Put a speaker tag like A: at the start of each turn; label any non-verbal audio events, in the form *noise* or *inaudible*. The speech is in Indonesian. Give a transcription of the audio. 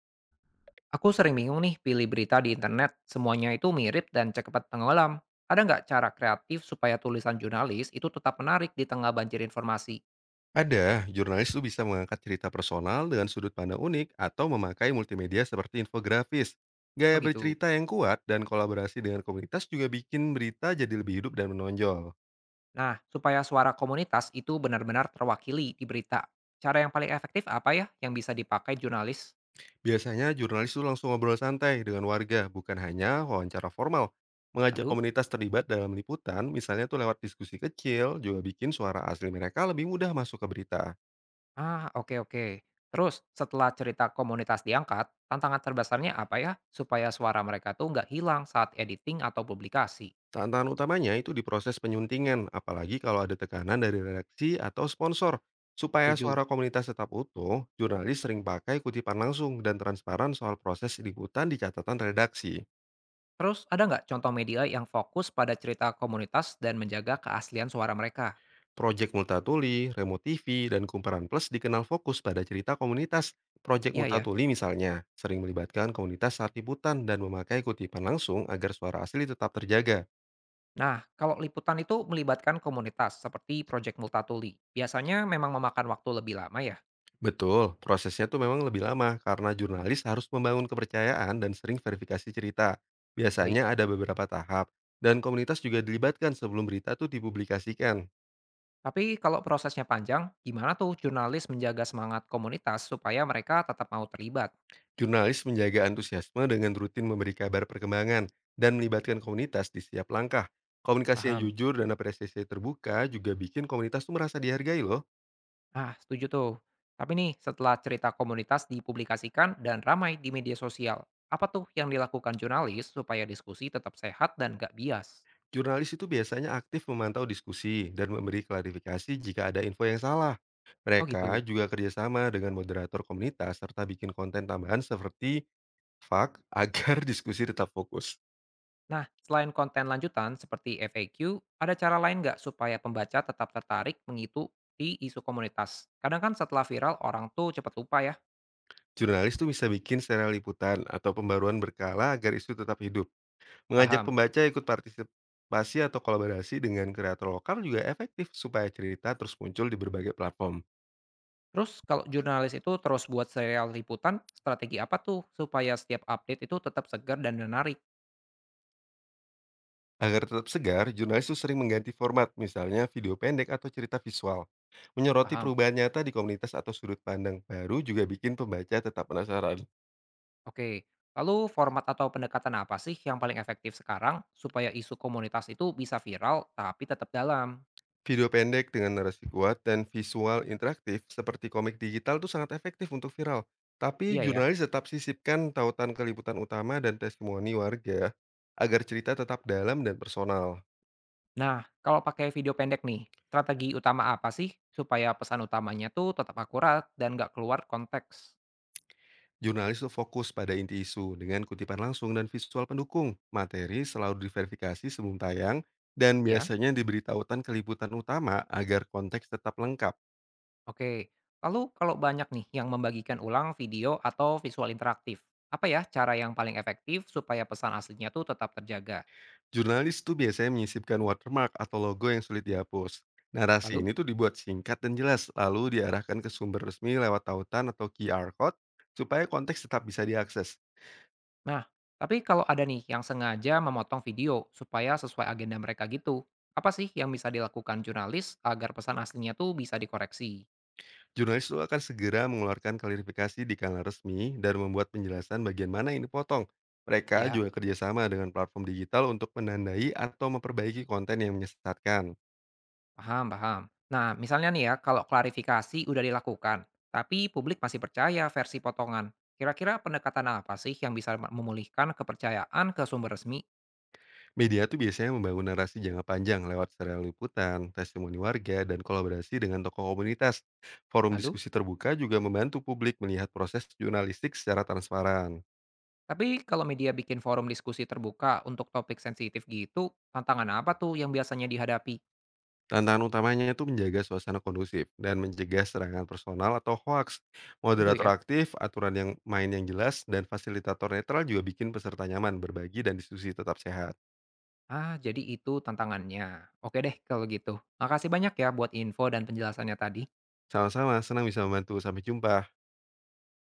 A: Aku sering bingung nih pilih berita di internet, semuanya itu mirip dan cepat tenggelam. Ada nggak cara kreatif supaya tulisan jurnalis itu tetap menarik di tengah banjir informasi?
B: Ada, jurnalis itu bisa mengangkat cerita personal dengan sudut pandang unik atau memakai multimedia seperti infografis.
A: Oh
B: Gaya
A: gitu.
B: bercerita yang kuat dan kolaborasi dengan komunitas juga bikin berita jadi lebih hidup dan menonjol.
A: Nah, supaya suara komunitas itu benar-benar terwakili di berita. Cara yang paling efektif apa ya yang bisa dipakai jurnalis?
B: Biasanya jurnalis itu langsung ngobrol santai dengan warga, bukan hanya wawancara formal. Mengajak
A: Lalu?
B: komunitas terlibat dalam liputan, misalnya tuh lewat diskusi kecil, juga bikin suara asli mereka lebih mudah masuk ke berita.
A: Oke oke. Terus, setelah cerita komunitas diangkat, tantangan terbesarnya apa ya supaya suara mereka tuh nggak hilang saat editing atau publikasi?
B: Tantangan utamanya itu di proses penyuntingan, apalagi kalau ada tekanan dari redaksi atau sponsor. Supaya
A: 7.
B: suara komunitas tetap utuh, jurnalis sering pakai kutipan langsung dan transparan soal proses liputan di catatan redaksi.
A: Terus ada nggak contoh media yang fokus pada cerita komunitas dan menjaga keaslian suara mereka?
B: Proyek Multatuli, Remo TV, dan Kumparan Plus dikenal fokus pada cerita komunitas. Proyek
A: Iya ya.
B: Multatuli misalnya, sering melibatkan komunitas saat liputan dan memakai kutipan langsung agar suara asli tetap terjaga.
A: Nah, kalau liputan itu melibatkan komunitas seperti Project Multatuli, biasanya memang memakan waktu lebih lama ya.
B: Betul, prosesnya tuh memang lebih lama karena jurnalis harus membangun kepercayaan dan sering verifikasi cerita.
A: Baik.
B: Biasanya ada beberapa tahap dan komunitas juga dilibatkan sebelum berita tuh dipublikasikan.
A: Tapi kalau prosesnya panjang, gimana tuh jurnalis menjaga semangat komunitas supaya mereka tetap mau terlibat?
B: Jurnalis menjaga antusiasme dengan rutin memberi kabar perkembangan dan melibatkan komunitas di setiap langkah. Komunikasi yang
A: Paham.
B: jujur dan apresiasi terbuka juga bikin komunitas tuh merasa dihargai loh.
A: Setuju tuh. Tapi nih, setelah cerita komunitas dipublikasikan dan ramai di media sosial, apa tuh yang dilakukan jurnalis supaya diskusi tetap sehat dan gak bias?
B: Jurnalis itu biasanya aktif memantau diskusi dan memberi klarifikasi jika ada info yang salah.
A: Oh gitu.
B: Mereka juga kerjasama dengan moderator komunitas serta bikin konten tambahan seperti FAQ agar *laughs* diskusi tetap fokus.
A: Nah, selain konten lanjutan seperti FAQ, ada cara lain nggak supaya pembaca tetap tertarik mengikuti isu komunitas? Kadang kan setelah viral, orang tuh cepat lupa ya,
B: Jurnalis tuh bisa bikin serial liputan atau pembaruan berkala agar isu tetap hidup. Mengajak
A: paham.
B: pembaca ikut partisipasi atau kolaborasi dengan kreator lokal juga efektif supaya cerita terus muncul di berbagai platform.
A: Terus kalau jurnalis itu terus buat serial liputan, strategi apa tuh supaya setiap update itu tetap segar dan menarik?
B: Agar tetap segar, jurnalis itu sering mengganti format, misalnya video pendek atau cerita visual. Menyoroti
A: Paham.
B: perubahan nyata di komunitas atau sudut pandang baru juga bikin pembaca tetap penasaran.
A: Oke, lalu format atau pendekatan apa sih yang paling efektif sekarang supaya isu komunitas itu bisa viral tapi tetap dalam?
B: Video pendek dengan narasi kuat dan visual interaktif seperti komik digital tuh sangat efektif untuk viral. Tapi
A: Iya ya.
B: jurnalis tetap sisipkan tautan keliputan utama dan testimoni warga agar cerita tetap dalam dan personal.
A: Nah, kalau pakai video pendek nih, strategi utama apa sih supaya pesan utamanya tuh tetap akurat dan nggak keluar konteks?
B: Jurnalis itu fokus pada inti isu dengan kutipan langsung dan visual pendukung. Materi selalu diverifikasi sebelum tayang dan
A: Ya,
B: biasanya diberi tautan keliputan utama agar konteks tetap lengkap.
A: oke. Lalu kalau banyak nih yang membagikan ulang video atau visual interaktif, apa ya cara yang paling efektif supaya pesan aslinya tuh tetap terjaga?
B: Jurnalis tuh biasanya menyisipkan watermark atau logo yang sulit dihapus. Narasi
A: Lalu,
B: ini tuh dibuat singkat dan jelas, lalu diarahkan ke sumber resmi lewat tautan atau QR code supaya konteks tetap bisa diakses.
A: nah, tapi kalau ada nih yang sengaja memotong video supaya sesuai agenda mereka gitu, apa sih yang bisa dilakukan jurnalis agar pesan aslinya tuh bisa dikoreksi?
B: Jurnalis itu akan segera mengeluarkan klarifikasi di kanal resmi dan membuat penjelasan bagian mana yang dipotong. Mereka
A: Ya.
B: juga kerjasama dengan platform digital untuk menandai atau memperbaiki konten yang menyesatkan.
A: Paham, paham. Nah, misalnya nih ya, kalau klarifikasi udah dilakukan, tapi publik masih percaya versi potongan. Kira-kira pendekatan apa sih yang bisa memulihkan kepercayaan ke sumber resmi?
B: Media tuh biasanya membangun narasi jangka panjang lewat serial liputan, testimoni warga, dan kolaborasi dengan tokoh komunitas. Forum
A: Lalu,
B: diskusi terbuka juga membantu publik melihat proses jurnalistik secara transparan.
A: tapi kalau media bikin forum diskusi terbuka untuk topik sensitif gitu, tantangan apa tuh yang biasanya dihadapi?
B: Tantangan utamanya itu menjaga suasana kondusif dan mencegah serangan personal atau hoaks.
A: Gitu
B: Moderator
A: ya.
B: aktif, aturan yang main yang jelas, dan fasilitator netral juga bikin peserta nyaman berbagi dan diskusi tetap sehat.
A: Jadi itu tantangannya. Oke deh kalau gitu. Makasih banyak ya buat info dan penjelasannya tadi.
B: Sama-sama, senang bisa membantu. Sampai jumpa.